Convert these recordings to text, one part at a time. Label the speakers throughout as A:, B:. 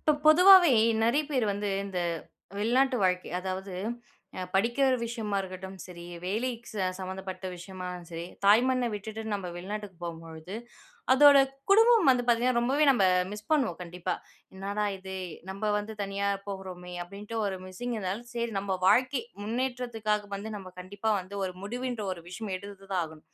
A: இப்போ பொதுவாவே நிறைய பேர் வந்து இந்த வெளிநாட்டு வாழ்க்கை, அதாவது படிக்கிற விஷயமா இருக்கட்டும் சரி, வேலை சம்மந்தப்பட்ட விஷயமா சரி, தாய் மண்ணை விட்டுட்டு நம்ம வெளிநாட்டுக்கு போம்பொழுது, அதோட குடும்பம் வந்து பார்த்தீங்கன்னா, ரொம்பவே நம்ம மிஸ் பண்ணுவோம் கண்டிப்பா. "என்னடா இது! நம்ம வந்து தனியா போகுறோமே!" அப்படின்ட்டு ஒரு மிஸ்ஸிங்னால, சரி நம்ம வாழ்க்கை முன்னேற்றத்துக்காக வந்து நம்ம கண்டிப்பா வந்து ஒரு முடிவுன்ற ஒரு விஷயம் எடுத்து தான் ஆகணும்.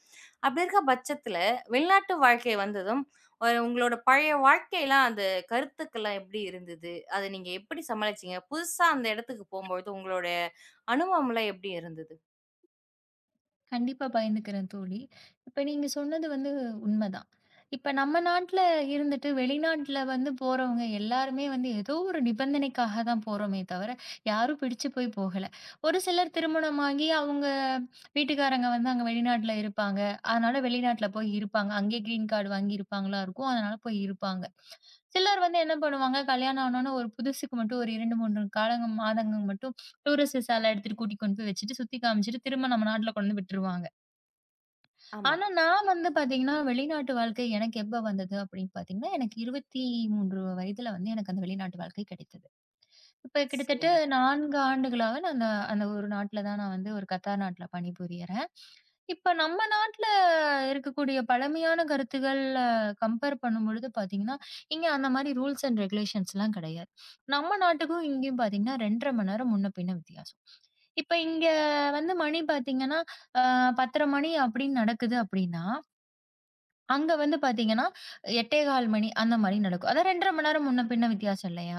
A: அப்படி இருக்க பட்சத்தில, வெளிநாட்டு வாழ்க்கை வந்ததும், ஒரு உங்களோட பழைய வாழ்க்கைலாம் அந்த கருத்துக்கள்லாம் எப்படி இருந்தது? அத நீங்க எப்படி சமாளிச்சீங்க? புதுசா அந்த இடத்துக்கு போம்போது உங்களுடைய அனுபவம்லாம் எப்படி இருந்தது?
B: கண்டிப்பா பகிர்ந்துக்கிறேன் தோழி. இப்ப நீங்க சொன்னது வந்து உண்மதான். இப்ப நம்ம நாட்ல இருந்துட்டு வெளிநாட்ல வந்து போறவங்க எல்லாருமே வந்து ஏதோ ஒரு நிபந்தனைக்காக தான் போறோமே தவிர, யாரும் பிடிச்சு போய் போகல. ஒரு சிலர் திருமணமாகி அவங்க வீட்டுக்காரங்க வந்து அங்க வெளிநாட்ல இருப்பாங்க. அதனால வெளிநாட்ல போய் இருப்பாங்க. அங்கே கிரீன் கார்டு வாங்கியிருப்பாங்களா இருக்கும். அதனால போய் இருப்பாங்க. சிலர் வந்து என்ன பண்ணுவாங்க, கல்யாணம் ஆனோனே ஒரு புதுசுக்கு மட்டும் ஒரு 2, 3 காலங்கள் மாதங்கள் மட்டும் டூரிஸ்ட் விசால எடுத்துட்டு கூட்டி கொண்டு போய் வச்சுட்டு, சுத்தி காமிச்சுட்டு, திரும்ப நம்ம நாட்ல கொண்டு வந்து விட்டுருவாங்க.
A: ஆமா.
B: ஆனா நான் வந்து பாத்தீங்கன்னா, வெளிநாட்டு வாழ்க்கை எனக்கு எப்ப வந்தது அப்படின்னு பாத்தீங்கன்னா, எனக்கு 23 வயதுல வந்து எனக்கு அந்த வெளிநாட்டு வாழ்க்கை கிடைத்தது. இப்ப கிட்டத்தட்ட
A: சரிங்க.
B: 4 ஆண்டுகளாக நான் அந்த அந்த ஒரு நாட்ல தான் நான் வந்து ஒரு கத்தார் நாட்ல பணிபுரியறேன். இப்ப நம்ம நாட்ல இருக்கக்கூடிய பழமையான கருத்துக்கள் கம்பேர் பண்ணும்பொழுது பார்த்தீங்கன்னா, இங்க அந்த மாரி ரூல்ஸ் அண்ட் ரெகுலேஷன்ஸ்லாம் கிடையாது. நம்ம நாட்டுக்கும் இங்கேயும் பார்த்தீங்கன்னா 2 1/2 மணி நேரம் முன்ன பின்ன வித்தியாசம். இப்ப இங்க வந்து மணி பார்த்தீங்கன்னா, அ 10:30 மணி அப்படின்னு நடக்குது அப்படின்னா, அங்க வந்து பாத்தீங்கன்னா, 8:15 மணி அந்த மாரி நடக்கும். அதான் 2 1/2 மணி நேரம் முன்ன பின்ன வித்தியாசம் இல்லையா?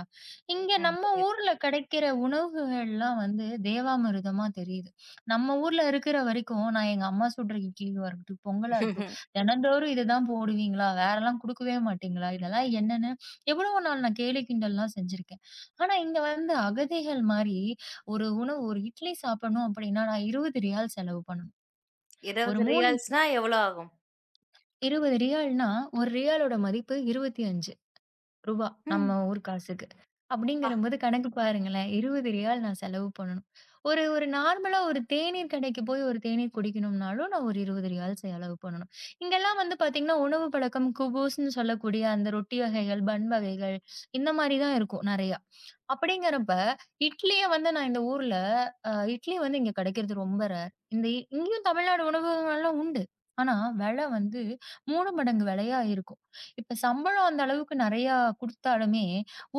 B: இங்க
A: ம்.
B: நம்ம
A: புரியுது.
B: ஊர்ல கிடைக்கிற உணவுகள்லாம் வந்து தேவாமிர்தமா தெரியுது. நம்ம ஊர்ல இருக்கிற வரைக்கும், நான் எங்க அம்மா சுடுற இட்லியா இருக்கட்டும், பொங்கலா இருக்கட்டும், தினந்தோறும் இதுதான் போடுவீங்களா? வேறலாம் குடுக்கவே மாட்டீங்களா? இதெல்லாம் என்னன்னு எவ்வளவு நாள் நான் கேலி கிண்டல்லாம் செஞ்சிருக்கேன். ஆனா இங்க வந்து அகதிகள் மாரி, ஒரு உணவு ஒரு இட்லி சாப்பிடணும் அப்படின்னா, நான் 20 ரியால் செலவு பண்ணணும். ஒரு
A: 20
B: 3
A: ரியால்ஸ்னா எவ்வளோ ஆகும்?
B: 20 ரியால்னா, ஒரு ரியாலோட மதிப்பு ரூ. 25
A: ம்.
B: நம்ம ஊர் காசுக்கு. அப்படிங்கிறபோது கணக்கு பாருங்களேன். 20 ரியால் நான் செலவு பண்ணணும். ஒரு ஒரு நார்மலா ஒரு தேநீர் கடைக்கு போய் ஒரு தேநீர் குடிக்கணும்னாலும், நான் ஒரு 20 ரியால் செலவு பண்ணணும். இங்கெல்லாம் வந்து பார்த்தீங்கன்னா, உணவு பழக்கம் குபோஸ்ன்னு சொல்லக்கூடிய அந்த ரொட்டி வகைகள், பன் வகைகள் இந்த மாரி தான் இருக்கும் நெறைய. அப்படிங்கிறப்ப, இட்லிய வந்து நான் இந்த ஊர்ல இட்லி வந்து இங்க கிடைக்கிறது ரொம்ப ரேர். இங்கேயும் தமிழ்நாடு உணவகங்கள்லாம் உண்டு. ஆனா, விலை வந்து 3 மடங்கு விலையா இருக்கும். இப்ப சம்பளம் அந்த அளவுக்கு நெறையா குடுத்தாலுமே,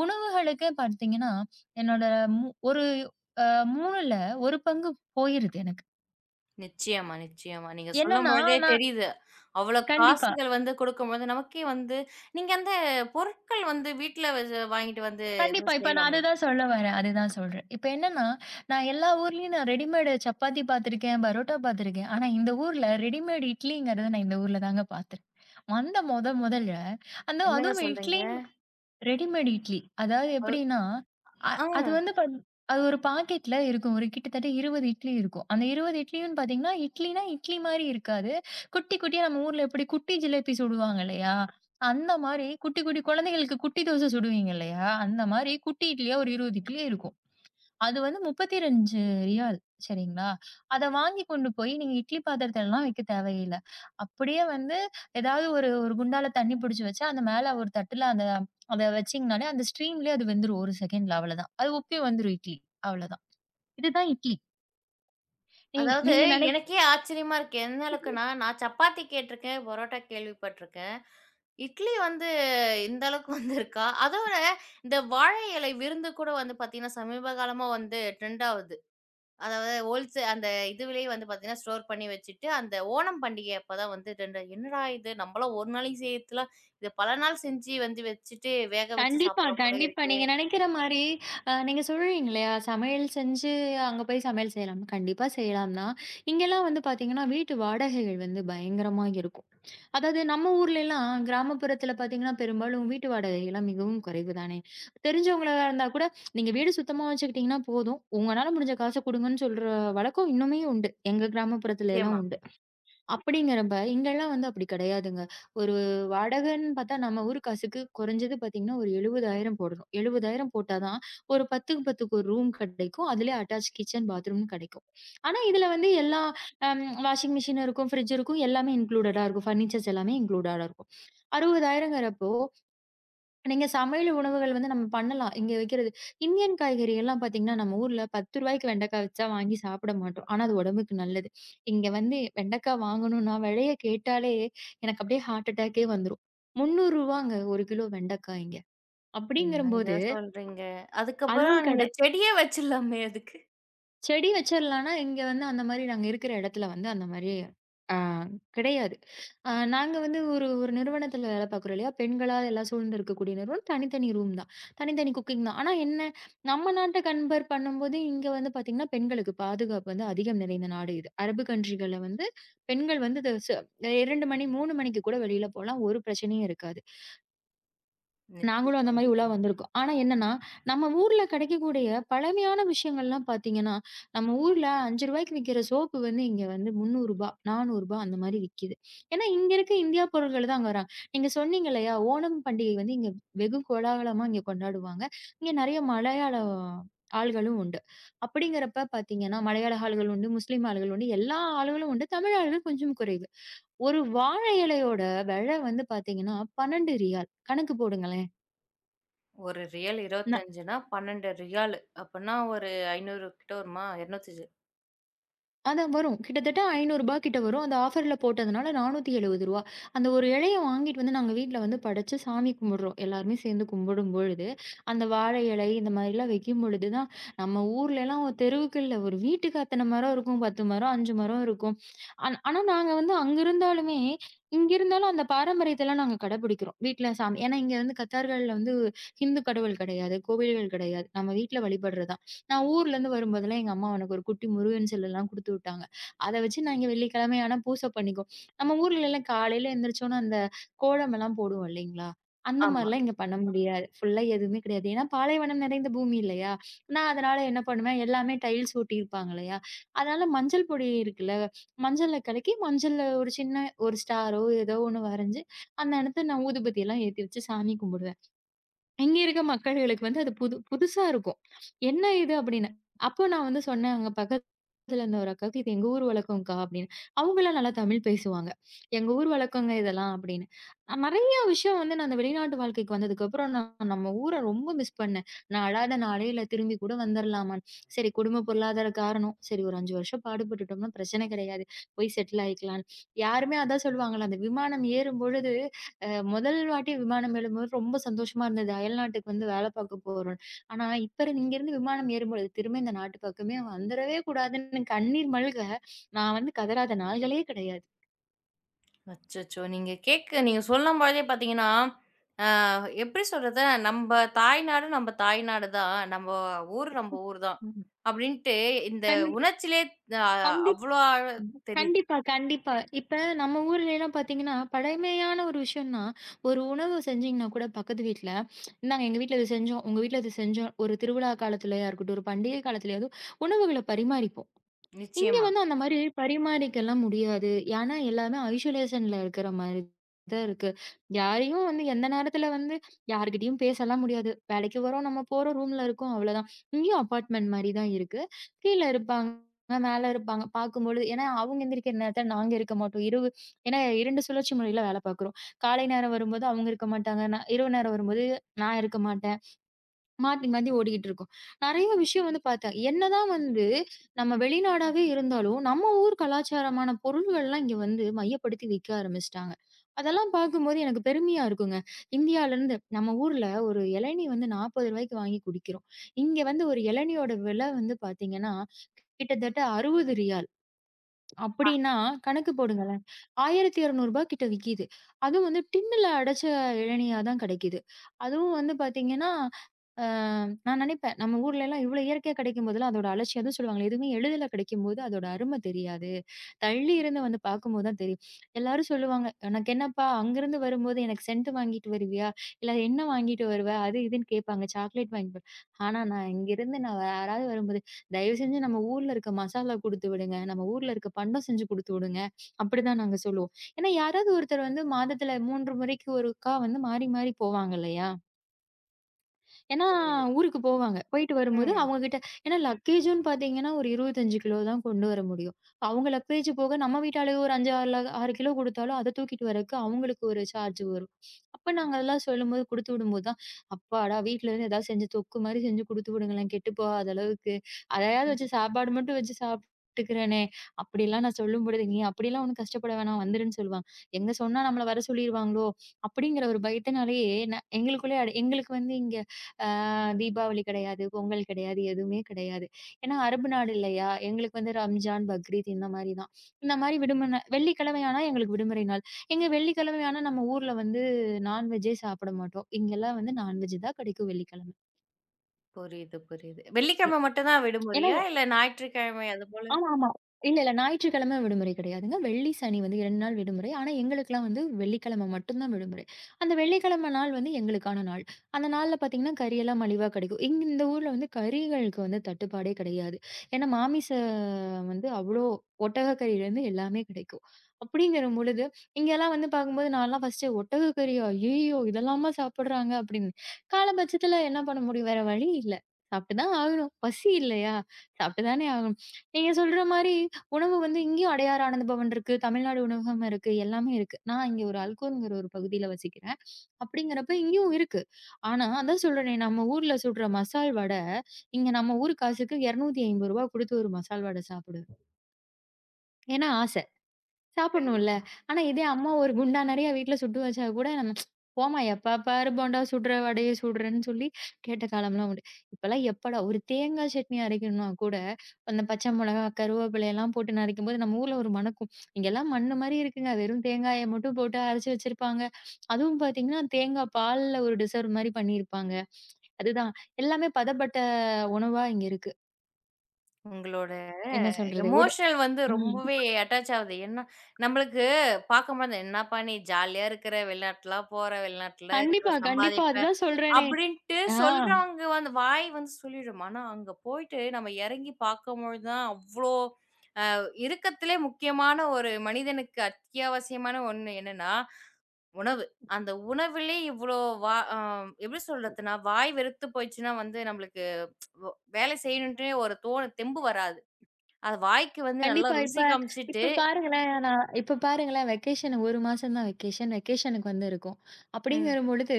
B: உணவுகளுக்கே பார்த்தீங்கன்னா, என்னோட மு ஒரு அ 3ல 1 பங்கு போயிருது எனக்கு.
A: நிச்சயமா, நிச்சயமா. நீங்க
B: என்னன்னா
A: சொல்லும்பொழுதே
B: நான்
A: தெரியுது. அவ்வளோ
B: கண்டிப்பா.
A: காசுகள் வந்து கொடுக்கும்போது, நமக்கே வந்து நீங்க அந்த பொருட்கள் வந்து வீட்ல வாங்கிட்டு வந்து
B: கண்டிப்பா.
A: எதுவும்
B: இப்ப நான்
A: செய்யலாம்ல?
B: அதுதான் சொல்ல வரேன். அதுதான் சொல்றேன். இப்ப என்னன்னா, நான் எல்லா ஊர்லயும் ரெடிமேடு சப்பாத்தி பார்த்துருக்கேன், பரோட்டா பார்த்துருக்கேன். ஆனா இந்த ஊர்ல ரெடிமேட் இட்லிங்கிறத நான் இந்த ஊர்ல தாங்க பார்த்தேன். வந்த மொத மொதல்ல அந்த
A: என்னங்க
B: அதுவும்
A: சொல்றீங்க?
B: இட்லின்னு ரெடிமேட் இட்லி. அதாவது
A: அ
B: எப்படின்னா, அ
A: ஆ
B: அது வந்து பத் அது ஒரு பாக்கெட்ல இருக்கும். ஒரு கிட்டத்தட்ட 20 இட்லி இருக்கும். அந்த 20 இட்லியும் பார்த்தீங்கன்னா, இட்லினா இட்லி மாரி இருக்காது. குட்டி குட்டியா நம்ம ஊர்ல எப்படி குட்டி ஜிலேபி சுடுவாங்க இல்லையா? அந்த மாரி குட்டி குட்டி குழந்தைகளுக்கு குட்டி தோசை சுடுவீங்க இல்லையா? அந்த மாரி குட்டி இட்லியா ஒரு 20 இட்லி இருக்கும். அது வந்து ரூ. 32 சரிங்களா? அத வாங்கி கொண்டு போய் நீங்க இட்லி பாத்திரத்துலலாம் வைக்க தேவையில்ல. அப்படியே வந்து ஏதாவது ஒரு ஒரு குண்டால தண்ணி புடிச்சு வச்சு, அந்த மேல ஒரு தட்டுல அந்த அத வச்சீங்கனாலே, அந்த ஸ்ட்ரீம்லயே அது வெந்துரும் 1 செகண்ட்ல அவ்வளதான். அது உப்பி வந்துரும் இட்லி. அவ்வளதான். இதுதான் இட்லி. நீங்க
A: அதாவது
B: நீங்க நெனைக்
A: எனக்கே ஆச்சரியமா இருக்கு. எந்த அளவுக்குன்னா, நான் சப்பாத்தி கேட்டுருக்கேன், பரோட்டா கேள்விப்பட்டுருக்கேன். இட்லி வந்து இந்த அளவுக்கு வந்து இருக்கா? அதோட இந்த வாழை இலை விருந்து கூட வந்து பார்த்தீங்கன்னா, சமீப காலமா வந்து ட்ரெண்ட் ஆவுது. அதாவது ஹோல்சே அந்த இதுவிலேயே வந்து பார்த்தீங்கன்னா, ஸ்டோர் பண்ணி வச்சுட்டு, அந்த ஓணம் பண்டிகை அப்ப தான் வந்து 2 என்னடா இது நம்மலாம் ஒரு நாளைக்கு செய்யறதுலாம், இத பல நாள் செஞ்சு வந்து வச்சுட்டு, வேக வச்சு
B: கண்டிப்பா,
A: சாப்பிடுற போல
B: கண்டிப்பா.
A: இருக்கே!
B: நீங்க நெனைக்கிற மாரி நீங்க சொல்றீங்க இல்லையா? சமையல் செஞ்சு அங்க போய் சமையல் செய்யலாம். கண்டிப்பா செய்யலாம் தான். இங்கலாம் வந்து பாத்தீங்கன்னா, வீட்டு வாடகைகள் வந்து பயங்கரமா இருக்கும். அதாவது நம்ம ஊர்ல எல்லாம் கிராமப்புறத்துல பாத்தீங்கன்னா, பெரும்பாலும் வீட்டு வாடகைகள்லாம் மிகவும் குறைவு தானே! தெரிஞ்சவங்களா இருந்தா கூட, "நீங்க வீடு சுத்தமா வச்சுக்கிட்டீங்கன்னா போதும். உங்கனால முடிஞ்ச காச குடுங்கன்னு" சொல்ற வழக்கம் இன்னுமே உண்டு. எங்க கிராமப்புறத்துல
A: நிச்சயமா.
B: எல்லாம் உண்டு. அப்படிங்கிறப்ப, இங்கலாம் வந்து அப்படி கிடையாதுங்க. ஒரு வாடகைன்னு பார்த்தா, நம்ம ஊர் காசுக்கு குறைஞ்சது பார்த்தீங்கன்னா, ஒரு 70,000 போடணும். 70,000 போட்டா தான், ஒரு 10க்கு ஒரு ரூம் கிடைக்கும். அதிலயே அட்டாச் கிச்சன், பாத்ரூம்னு கிடைக்கும். ஆனா, இதில வந்து எல்லா வாஷிங் மிஷின் இருக்கும், ஃப்ரிட்ஜ் இருக்கும். எல்லாமே இன்க்ளூடடா இருக்கும். ஃபர்னிச்சர்ஸ் எல்லாமே இன்க்ளூடடா இருக்கும். 60,000ங்கிறப்ப நீங்க சமையல் உணவுகள் வந்து நம்ம பண்ணலாம். இங்க வைக்கிறது இந்தியன் காய்கறி எல்லாம் பார்த்தீங்கன்னா, நம்ம ஊர்ல ரூ. 10க்கு வெண்டைக்காய் வச்சா வாங்கி சாப்பிட மாட்டோம். ஆனா அது உடம்புக்கு நல்லது. இங்க வந்து வெண்டைக்காய் வாங்கணும்னா விலைய கேட்டாலே எனக்கு அப்படியே ஹார்ட் அட்டாக்கே வந்துரும். ரூ. 300ங்க 1 கிலோ வெண்டைக்காய்ங்க.
A: என்னங்க
B: அப்படிங்கிறபோது
A: சொல்றீங்க?
B: அதுவும்
A: அதுக்கப்புறம்
B: கட
A: நீங்க செடியே வச்சிடலாமே அதுக்கு.
B: செடி வச்சிரலான்னா, இங்க வந்து அந்த மாரி நாங்க இருக்கிற இடத்துல வந்து அந்த மாரி அ கிடையாது. நாங்க வந்து ஒரு ஒரு நிறுவனத்துல வேலை பார்க்குறோம் இல்லையா? பெண்களா எல்லாம் சூழ்ந்து இருக்கக்கூடிய நிறுவனம். தனித்தனி ரூம் தான். தனித்தனி குக்கிங் தான். ஆனா என்ன, நம்ம நாட்ட கம்பேர் பண்ணும்போது இங்க வந்து பார்த்தீங்கன்னா, பெண்களுக்கு பாதுகாப்பு வந்து அதிகம் நிறைந்த நாடு இது. அரபு கண்ட்ரிகள்ல வந்து பெண்கள் வந்து த ச 2 மணி, 3 மணிக்கு கூட வெளியில போலாம். ஒரு பிரச்சனையும் இருக்காது. நாங்களும்
A: நிச்சயமா,
B: அந்த மாரி உலா
A: நிச்சயமா.
B: வந்திருக்கோம். ஆனா என்னன்னா, நம்ம ஊர்ல கிடைக்கக்கூடிய பழமையான விஷயங்கள்லாம் பார்த்தீங்கன்னா, நம்ம ஊர்ல ரூ. 5க்கு விக்கிற சோப்பு வந்து இங்க வந்து ரூ. 300, ரூ. 400 அந்த மாரி விக்கிது. ஏன்னா, இங்க இருக்க இந்தியா பொருட்கள் தான் அங்க வராங்க. நீங்க சொன்னீங்க இல்லையா? ஓணம் பண்டிகை வந்து இங்க வெகு கோலாகலமா இங்க கொண்டாடுவாங்க. இங்க நெறைய மலையாள ஆள்களும் உண்டு. அப்படிங்கிறப்ப பார்த்தீங்கன்னா, மலையாள ஆள்கள் உண்டு, முஸ்லீம் ஆள்கள் உண்டு, எல்லா ஆளுகளும் உண்டு. தமிழ் ஆள்கள் கொஞ்சம் குறைவு. ஒரு வாழை இலையோட வெல வந்து பார்த்தீங்கன்னா, 12 ரியால் கணக்கு போடுங்களேன்.
A: ஒரு ரியல் 25னா, 12 ரியாலு. அப்பன்னா ஒரு 500 கிட்ட வருமா? 250
B: அதான் வரும். கிட்டத்தட்ட ரூ. 500 கிட்ட வரும். அந்த ஆஃபர்ல போட்டதுனால ரூ. 470. அந்த ஒரு இலைய வாங்கிட்டு வந்து நாங்க வீட்ல வந்து படைச்சு சாமி கும்பிடுறோம். எல்லாருமே சேர்ந்து கும்பிடும் பொழுது, அந்த வாழை இலை இந்த மாதிரிலாம் வைக்கும் பொழுது தான், நம்ம ஊர்லலாம் ஒரு தெருவுக்கு இல்ல, ஒரு வீட்டுக்கு அத்தன மரம் இருக்கும். 10 மரம், 5 மரம் இருக்கும். ஆனா நாங்க வந்து அங்க இருந்தாலுமே, இங்க இருந்தாலும் அந்த பாரம்பரியத்தலாம் நாங்க கடைபிடிக்கிறோம். வீட்ல சாமி ஏன்னா இங்க வந்து கத்தார்கள்ல வந்து ஹிந்து கடவுள் கிடையாது, கோவில்கள் கிடையாது. நம்ம வீட்ல வழிபடுறது நான் ஊர்லேருந்து வரும்போதெல்லாம் எங்க அம்மா எனக்கு ஒரு குட்டி முருகன் சிலைலாம் குடுத்து விட்டாங்க. அத வச்சு நாங்க வெள்ளிக்கிழமை ஆனா பூசை பண்ணிக்குவோம். நம்ம ஊர்லலாம் காலையில எந்திரிச்சோனே அந்த கோலமெல்லாம் போடுவோம் இல்லைங்களா? அந்த
A: ஆமா.
B: மாரிலாம் இங்க பண்ண முடியாது. ஃபுல்லா எதுவுமே கிடையாது. ஏன்னா பாலைவனம் நிறைந்த பூமி இல்லையா? நான் அதனால என்ன பண்ணுவேன், எல்லாமே டைல்ஸ் ஒட்டியிருப்பாங்க இல்லையா? அதனால மஞ்சள் பொடி இருக்குல்ல, மஞ்சள்ல கலக்கி மஞ்சள்ல ஒரு சின்ன ஒரு ஸ்டாரோ ஏதோ ஒண்ணு வரைஞ்சு, அந்த இடத்த நான் ஊதுபத்தியெல்லாம் ஏத்தி வச்சு சாமி கும்பிடுவேன். இங்க இருக்க மக்கள்களுக்கு வந்து அது புது புதுசா இருக்கும். "என்ன இது?" அப்படின்னு. அப்போ நான் வந்து சொன்னேன், "அங்க பக்கத்துல இருந்த ஒரு அக்காவுக்கு, இது எங்க ஊர் வழக்கம்க்கா" அப்படின்னு. அவங்கலாம் நல்லா தமிழ் பேசுவாங்க. "எங்க ஊர் வழக்கங்க இதெல்லாம்" அப்படின்னு. நெறைய விஷயம் வந்து நான் அந்த வெளிநாட்டு வாழ்க்கைக்கு வந்ததுக்கப்புறம் நான் நம்ம ஊர ரொம்ப மிஸ் பண்ணேன். நான் அழாத நாளே இல்ல, திரும்பி கூட வந்துரலாமான்னு. சரி குடும்ப பொருளாதார காரணம். சரி ஒரு 5 வருஷம் பாடுபட்டுட்டோம்னா பிரச்சனை கிடையாது. போய் செட்டில் ஆயிக்கலான்னு. யாருமே அதான் சொல்லுவாங்கல்ல, அந்த விமானம் ஏறும்பொழுது முதல் வாட்டி விமானம் ஏறும்போது ரொம்ப சந்தோஷமா இருந்தது. அயல்நாட்டுக்கு வந்து வேலை பார்க்க போறோம். ஆனா, இப்ப இருந்து இங்கேருந்து விமானம் ஏறும்பொழுது, திரும்ப இந்த நாட்டு பக்கமே வந்துரவே கூடாதுன்னு கண்ணீர் மல்க, நான் வந்து கதறாத நாள்களே கிடையாது.
A: அச்சச்சோ! நீங்க கேக்க நீங்க சொல்லும்போதே பார்த்தீங்கன்னா, அ எப்படி சொல்றது? நம்ப தாய்நாடு நம்ப தாய்நாடு தான். நம்ப ஊரு நம்ப ஊர் தான்.
B: ம்.
A: அப்படின்ட்டு இந்த
B: கண்
A: உணர்ச்சியிலே அ
B: கண்டிப்
A: அவ்வளோ ஆழ
B: ம்.
A: தெரியுது.
B: கண்டிப்பா, கண்டிப்பா. இப்ப நம்ம ஊர்லலாம் பார்த்தீங்கன்னா, பழமையான ஒரு விஷயம்னா, ஒரு உணவு செஞ்சீங்கன்னா கூட பக்கத்து வீட்ல, "இந்தாங்க எங்க வீட்ல இது செஞ்சோம். உங்க வீட்ல இது செஞ்சோம்." ஒரு திருவிழா காலத்துலயா இருக்கட்டும், ஒரு பண்டிகை காலத்துலயாவது உணவுகள பரிமாறிப்போம். இங்க
A: நிச்சயமா.
B: வந்து அந்த மாரி பரிமாறிக்கலாம் முடியாது. ஏன்னா, எல்லாமே ஐசோலேஷன்ல இருக்கிற மாரி தான் இருக்கு. யாரையும் வந்து எந்த நேரத்துல வந்து யார்கிட்டயும் பேசலாம் முடியாது. வேலைக்கு வரோம், நம்ம போறோம், ரூம்ல இருக்கோம் அவ்வளோதான். இங்கேயும் அபார்ட்மெண்ட் மாரி தான் இருக்கு. கீழ இருப்பாங்க, மேல இருப்பாங்க. பார்க்கும்பொழுது ஏன்னா அவங்க எந்திரிக்கிற நேரத்துல நாங்க இருக்க மாட்டோம். இரவு ஏன்னா 2 சுழற்சி முறையில வேல பார்க்குறோம். காலை நேரம் வரும்போது அவங்க இருக்க மாட்டாங்க. நான் இரவு நேரம் வரும்போது நான் இருக்க மாட்டேன். மாத்தி மாத்தி ஓடிக்கிட்டு இருக்கும். நெறைய விஷயம் வந்து பார்த்தேன். என்னதான் வந்து நம்ம வெளிநாடாவே இருந்தாலும், நம்ம ஊர் கலாச்சாரமான பொருள்கள்லாம் இங்க வந்து மையப்படுத்தி விக்க ஆரம்பிச்சுட்டாங்க. அதெல்லாம் பார்க்கும்போது எனக்கு பெருமையா இருக்குங்க. இந்தியாலருந்து நம்ம ஊர்ல ஒரு இளநீ வந்து ரூ. 40க்கு வாங்கி குடிக்கிறோம். இங்க வந்து ஒரு இளநியோட விலை வந்து பார்த்தீங்கன்னா, கிட்டத்தட்ட 60 ரியால். அப்படின்னா கணக்கு போடுங்களேன். ரூ. 1200 கிட்ட விக்கிது. அதுவும் வந்து டின்னுல அடைச்ச இளநியா தான் கிடைக்குது. அதுவும் வந்து பார்த்தீங்கன்னா அ நான் நினைப்பேன், நம்ம ஊர்லலாம் இவ்வளோ இயற்கையா கிடைக்கும்போதெல்லாம் அதோட அலட்சியம் அதுவும் சொல்லுவாங்களே, எதுவுமே எளிதில கிடைக்கும்போது அதோட அருமை தெரியாது. தள்ளி இருந்து வந்து பார்க்கும்போது தான் தெரியும். எல்லாரும் சொல்லுவாங்க, "உனக்கு என்னப்பா அங்கருந்து வரும்போது எனக்கு சென்ட் வாங்கிட்டு வருவியா? இல்ல என்ன வாங்கிட்டு வருவ?" அது இதுன்னு கேட்பாங்க. சாக்லேட் வாங்கிட்டு வ ஆனா நான் இங்கேருந்து வேற யாராவது வரும்போது, "தயவு செஞ்சு நம்ம ஊர்ல இருக்க மசாலா குடுத்து விடுங்க. நம்ம ஊர்ல இருக்க பண்டம் செஞ்சு குடுத்து விடுங்க." அப்படிதான் நாங்க சொல்லுவோம். ஏன்னா யாராவது ஒருத்தர் வந்து மாதத்துல 3 முறைக்கு ஒருக்கா வந்து மாறி மாறி போவாங்க இல்லையா? ஏன்னா,
A: புரியுது.
B: ஊருக்கு போவாங்க. போயிட்டு வரும்போது
A: ம்.
B: அவங்ககிட்ட ஏன்னா லக்கேஜுன்னு பார்த்தீங்கன்னா, ஒரு 25 கிலோ தான் கொண்டு வர முடியும். அவங்க லக்கேஜ் போக நம்ம வீட்டாளுக ஒரு 5, 6 ல 6 கிலோ குடுத்தாலும், அத தூக்கிட்டு வரக்கு அவங்களுக்கு ஒரு சார்ஜ் வரும். அப்ப நாங்க அதெல்லாம் சொல்லும்போது குடுத்து விடும்போது தான், அப்பாடா! வீட்லருந்து ஏதாவது செஞ்சு தொக்கு மாரி செஞ்சு குடுத்து விடுங்களேன், கெட்டு போகாத அளவுக்கு. அதையாவது வச்சு சாப்பாடு மட்டும் வச்சு சாப்பிட்டுக்கிறேனே! அப்படிலாம் நான் சொல்லும்பொழுது, நீ அப்படிலாம் ஒண்ணும் கஷ்டப்பட வேணாம் வந்துருன்னு சொல்லுவாங்க. எங்க சொன்னா நம்மள வர சொல்லிருவாங்களோ! அப்படிங்கிற ஒரு பயத்தினாலேயே, எங்களுக்குள்ளயே எங்களுக்கு வந்து இங்க அ தீபாவளி கிடையாது, பொங்கல் கிடையாது, எதுவுமே கிடையாது. ஏன்னா அரபு நாடு இல்லையா? எங்களுக்கு வந்து ரம்ஜான், பக்ரீத் இந்த மாரி தான். இந்த மாரி விடுமுன வெள்ளிக்கிழமை ஆனா எங்களுக்கு விடுமுறை நாள். எங்க வெள்ளிக்கிழமை ஆனா நம்ம ஊர்ல வந்து நான்வெஜ்ஜே சாப்பிட மாட்டோம். இங்கலாம் வந்து நான்வெஜ் தான் கிடைக்கும் வெள்ளிக்கிழமை.
A: புரியுது, புரியுது.
B: ஏ
A: வெள்ளிக்கிழமை மட்டும் தான்
B: ஏன்னா
A: விடுமுறையா? இல்ல ஞாயிற்றுக்கிழமை அதுபோல?
B: ஆமா, ஆமா. இல்ல, இல்ல. ஞாயிற்றுக்கிழமை விடுமுறை கிடையாதுங்க. வெள்ளி, சனி வந்து 2 நாள் விடுமுறை. ஆனா, எங்களுக்கெல்லாம் வந்து வெள்ளிக்கிழமை மட்டும் தான் விடுமுறை. அந்த வெள்ளிக்கிழமை நாள் வந்து எங்களுக்கான நாள். அந்த நாள்ல பார்த்தீங்கன்னா, கறியெல்லாம் மலிவா கிடைக்கும். இங்க இந்த ஊர்ல வந்து கறிகளுக்கு வந்து தட்டுப்பாடே கிடையாது. ஏன்னா, மாமிச வந்து அவ்ளோ ஒட்டக கறியிலேருந்து எல்லாமே கிடைக்கும். அப்படிங்கிற பொழுது, இங்கெல்லாம் வந்து பார்க்கும்போது நான்லாம் ஃபர்ஸ்ட்டு ஒட்டக கறியா? ஐயய்யோ! இதெல்லாமா சாப்பிடுறாங்க அப்படின்னு. காலபட்சத்தில என்ன பண்ண முடியும்? வேற வழி இல்ல. சாப்பிட்டு தான் ஆகணும். பசி இல்லையா? சாப்பிட்டு தானே ஆகணும். நீங்க சொல்ற மாரி, உணவு வந்து இங்கேயும் அடையார் ஆனந்தபவன் இருக்கு, தமிழ்நாடு உணவகம் இருக்கு, எல்லாமே இருக்கு. நான் இங்க ஒரு அல்கோங்கிற ஒரு பகுதியில வசிக்கிறேன். அப்படிங்கிறப்ப இங்கேயும் இருக்கு. ஆனா, அதான் சொல்றேனே, நம்ம ஊர்ல சுடுற மசால் வடை, இங்க நம்ம ஊரு காசுக்கு ரூ. 250 குடுத்து ஒரு மசால் வடை சாப்பிடுவேன். ஏன்னா ஆச. சாப்பிடணும்ல.
A: கண்டிப்பா.
B: ஆனா இதே அம்மா ஒரு குண்டா நெறைய வீட்ல சுட்டு வச்சா கூட, நம்ம போம்மா எப்ப பாரு போண்டா சுடுற, வடைய சுடுறன்னு சொல்லி கேட்ட காலம்லாம் உண்டு. இப்பலாம் எப்படா ஒரு தேங்காய் சட்னி அரைக்கணும்னா கூட, அந்த பச்சை மொளகா, கருவேப்பிலையெல்லாம் போட்டு நரைக்கும்போது நம்ம ஊர்ல ஒரு மணக்கும். இங்கெல்லாம் மண்ணு மாரி இருக்குங்க. வெறும் தேங்காய மட்டும் போட்டு அரைச்சு வச்சிருப்பாங்க. அதுவும் பார்த்தீங்கன்னா, தேங்காய் பால்ல ஒரு டிசர்வ் மாரி பண்ணியிருப்பாங்க. அதுதான். எல்லாமே பதப்பட்ட உணவா இங்க இருக்கு.
A: உங்களோட
B: என்ன சொல்றது? உட
A: எமோஷனல் வந்து
B: ம்.
A: ரொம்பவே அட்டாச் ஆகுது. ஏன்னா, நம்மளுக்கு பார்க்கும்போது, "என்னப்பா நீ ஜாலியா இருக்கிற, வெளிநாட்டுலாம் போற, வெளிநாட்டுல இருக்கிற,
B: கண்டிப்பா, கண்டிப்பா.
A: சம்பாதிப்ப"
B: அதுதான் சொல்றேனே.
A: அப்படின்ட்டு
B: ஆ.
A: சொல்றாங்க வந்து வாய் வந்து சொல்லிடும். ஆனா அங்க போயிட்டு நம்ம இறங்கி பார்க்கும்பொழுது தான் அவ்ளோ இருக்கத்திலே முக்கியமான ஒரு மனிதனுக்கு அத்தியாவசியமான ஒண்ணு என்னன்னா உணவு. அந்த உணவிலே இவ்ளோ வா அ எப்படி சொல்றதுன்னா, வாய் வெறுத்து போயிடுச்சுன்னா வந்து நம்மளுக்கு வ வேலை செய்யணுன்ட்டு ஒரு தோணு தெம்பு வராது. அது வாய்க்கு வந்து நல்லா
B: கண்டிப்பா. இப்ப
A: ருசி காமிச்சுட்டு
B: இப்ப பாருங்களேன், நான் இப்ப பாருங்களேன் வெக்கேஷன் 1 மாசம் தான் வெக்கேஷன். வெக்கேஷனுக்கு வந்து இருக்கும்.
A: ம்.
B: அப்படிங்கிறபொழுது,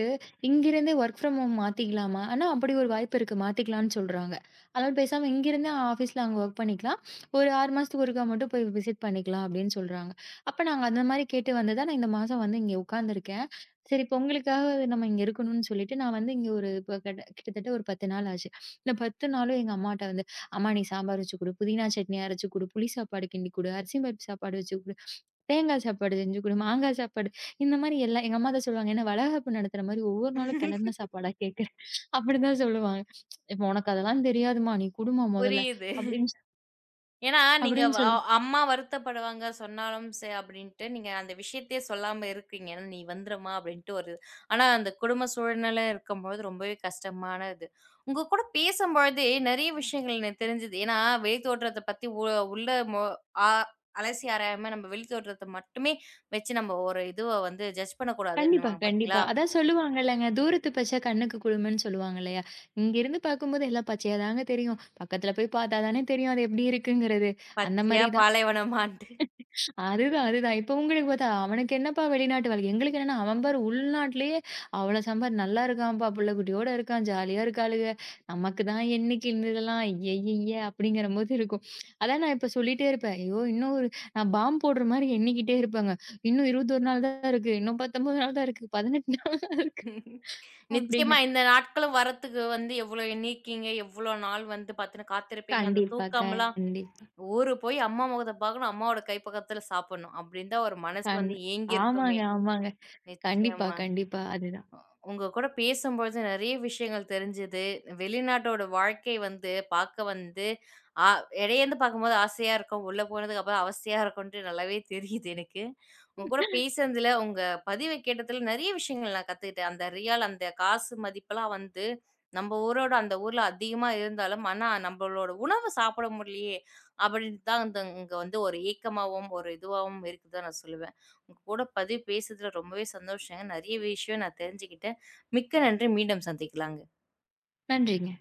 B: இங்கிருந்தே வொர்க் ஃப்ரம் ஹோம் மாத்திக்கலாமா? ஆனா, அப்படி ஒரு வாய்ப்பு இருக்கு. மாத்திக்கலாம்னு சொல்றாங்க. அதனால பேசாம இங்கிருந்தே ஆஃபீஸ்ல அங்க வொர்க் பண்ணிக்கலாம். ஒரு 6 மாசத்துக்கு ஒருக்கா மட்டும் போய் விசிட் பண்ணிக்கலாம் அப்படின்னு சொல்றாங்க. அப்ப நாங்க அந்த மாரி கேட்டு வந்து தான் நான் இந்த மாசம் வந்து இங்க உட்கார்ந்துருக்கேன். சரி இப்ப உங்களுக்காக நம்ம இங்க இருக்கணும்னு சொல்லிட்டு, நான் வந்து இங்க ஒரு இப்ப கிட்டத்தட்ட ஒரு 10 நாள் ஆச்சு. இந்த 10 நாளும் எங்க அம்மாட்ட வந்து அம்மா நீ சாம்பார் வச்சு குடு, புதினா சட்னி அரைச்சு குடு, புளி சாப்பாடு கிண்டி குடு, அரிசி பருப்பு சாப்பாடு வச்சு குடு, தேங்காய் சாப்பாடு செஞ்சு குடு, மாங்காய் சாப்பாடு இந்த மாரி எல்லாம் எங்க அம்மா தான் சொல்லுவாங்க. என்ன வளகாப்பு நடத்துற மாரி ஒவ்வொரு நாளும் கிளறுன சாப்பாடா கேட்குற அப்படிதான் சொல்லுவாங்க. இப்ப உனக்கு அதெல்லாம் தெரியாதும்மா, நீ குடும்மா முதல்ல
A: புரியுது.
B: அப்படின்னு
A: ஏன்னா, நீங்க
B: அப்படின்னு சொல்லு
A: அம்மா வருத்தப்படுவாங்க சொன்னாலும் சே அப்படின்ட்டு, நீங்க அந்த விஷயத்தையே சொல்லாம இருக்கீங்க. ஏன்னா "நீ வந்துரும்மா" அப்படின்ட்டு ஒரு ஆனா அந்த குடும்ப சூழ்நிலை இருக்கும்போது ரொம்பவே கஷ்டமானது. உங்க கூட பேசும்பொழுதே நெறைய விஷயங்கள் எனக்கு தெரிஞ்சது. ஏன்னா, வெளித்தோற்றத்த பத்தி உ உள்ள மொ ஆ அலசி ஆராயாம நம்ம வெளித்தோற்றத்த மட்டுமே வச்சு நம்ம ஒரு இதுவ வந்து ஜட்ஜ்
B: கண்டிப்பா,
A: பண்ணக்கூடாதுன்னுவாங்க
B: கண்டிப்பா.
A: பார்த்தீங்களா?
B: அதான் சொல்லுவாங்கல்லங்க, தூரத்து பச்சை கண்ணுக்கு குளுமன்னு சொல்லுவாங்க இல்லையா? இங்கிருந்து பார்க்கும்போது எல்லாம் பச்சையா தாங்க தெரியும். பக்கத்துல போய் பார்த்தா தானே தெரியும் அது எப்படி இருக்குங்கிறது. அந்த
A: பச்சையா
B: மாரி
A: பாலைவனமான்ட்டு.
B: அதுதான், அதுதான். இப்ப உங்களுக்கு பார்த்தா, அவனுக்கு என்னப்பா வெளிநாட்டு வேலை? எங்களுக்கு என்னன்னா, அவன் பாரு உள்நாட்டிலேயே அவ்வளோ சம்பார் நல்லா இருக்கான்ப்பா, புள்ளைக்குட்டியோட இருக்கான், ஜாலியா இருக்காளுக. நமக்கு தான் என்னைக்கு இந்த இதெல்லாம் ஐயய்யய்ய! அப்படிங்கிற போது இருக்கும். அதான் நான் இப்ப சொல்லிட்டே இருப்பேன். ஐயோ! இன்னும் ஒரு நான் பாம் போடுற மாரி எண்ணிக்கிட்டே இருப்பேங்க. இன்னும் 21 நாள் தான் இருக்கு. இன்னும் 19 நாள் தான் இருக்கு. 18 நாள் தான் இருக்கு.
A: நிச்சயமா
B: அப்படின்னு.
A: இந்த நாட்களும் வரத்துக்கு வந்து எவ்வளோ எண்ணியிருக்கீங்க, எவ்வளோ நாள் வந்து பார்த்தீங்கன்னா காத்திருப்பீங்க. அந்த
B: கண்டிப்பா,
A: தூக்கம்லாம்
B: கண்டிப்பா.
A: ஊரு போய் அம்மா முகத்த பார்க்கணும், அம்மாவோட கை பக்கத்துல சாப்பிடணும். அப்படின்னு தான் ஒரு மனசு
B: கண்
A: வந்து ஏங்கியிருக்குமே!
B: ஆமாங்க, ஆமாங்க. கண்டிப்பா,
A: நிச்சயமா.
B: கண்டிப்பா. அதுதான்.
A: அ உங்க கூட பேசும்பொழுது நெறைய விஷயங்கள் தெரிஞ்சது. வெளிநாட்டோட வாழ்க்கை வந்து பார்க்க வந்து ஆ இடையேருந்து பார்க்கும்போது ஆசையா இருக்கும். உள்ள போனதுக்கப்புறம் அவஸ்தையா இருக்கும்ன்ட்டு நல்லாவே தெரியுது எனக்கு. உங்க கூட பேசுனதுல, உங்க பதிவ கேட்டதுல நெறைய விஷயங்கள் நான் கத்துக்கிட்டேன். அந்த ரியால் அந்த காசு மதிப்பெல்லாம் வந்து நம்ம ஊரோட அந்த ஊர்ல அதிகமா இருந்தாலும், ஆனா நம்மளோட உணவு சாப்பிட முடியலையே! அப்படின்னு தான் வந்து இங்க வந்து ஒரு ஏக்கமாவும், ஒரு இதுவாவும் இருக்குதுதான் நான் சொல்லுவேன். உங்க கூட பதிவு பேசுறதுல ரொம்பவே சந்தோஷங்க. நிறைய விஷயம் நான் தெரிஞ்சுக்கிட்டேன். மிக்க நன்றி. மீண்டும் சந்திக்கலாங்க.
B: நன்றிங்க.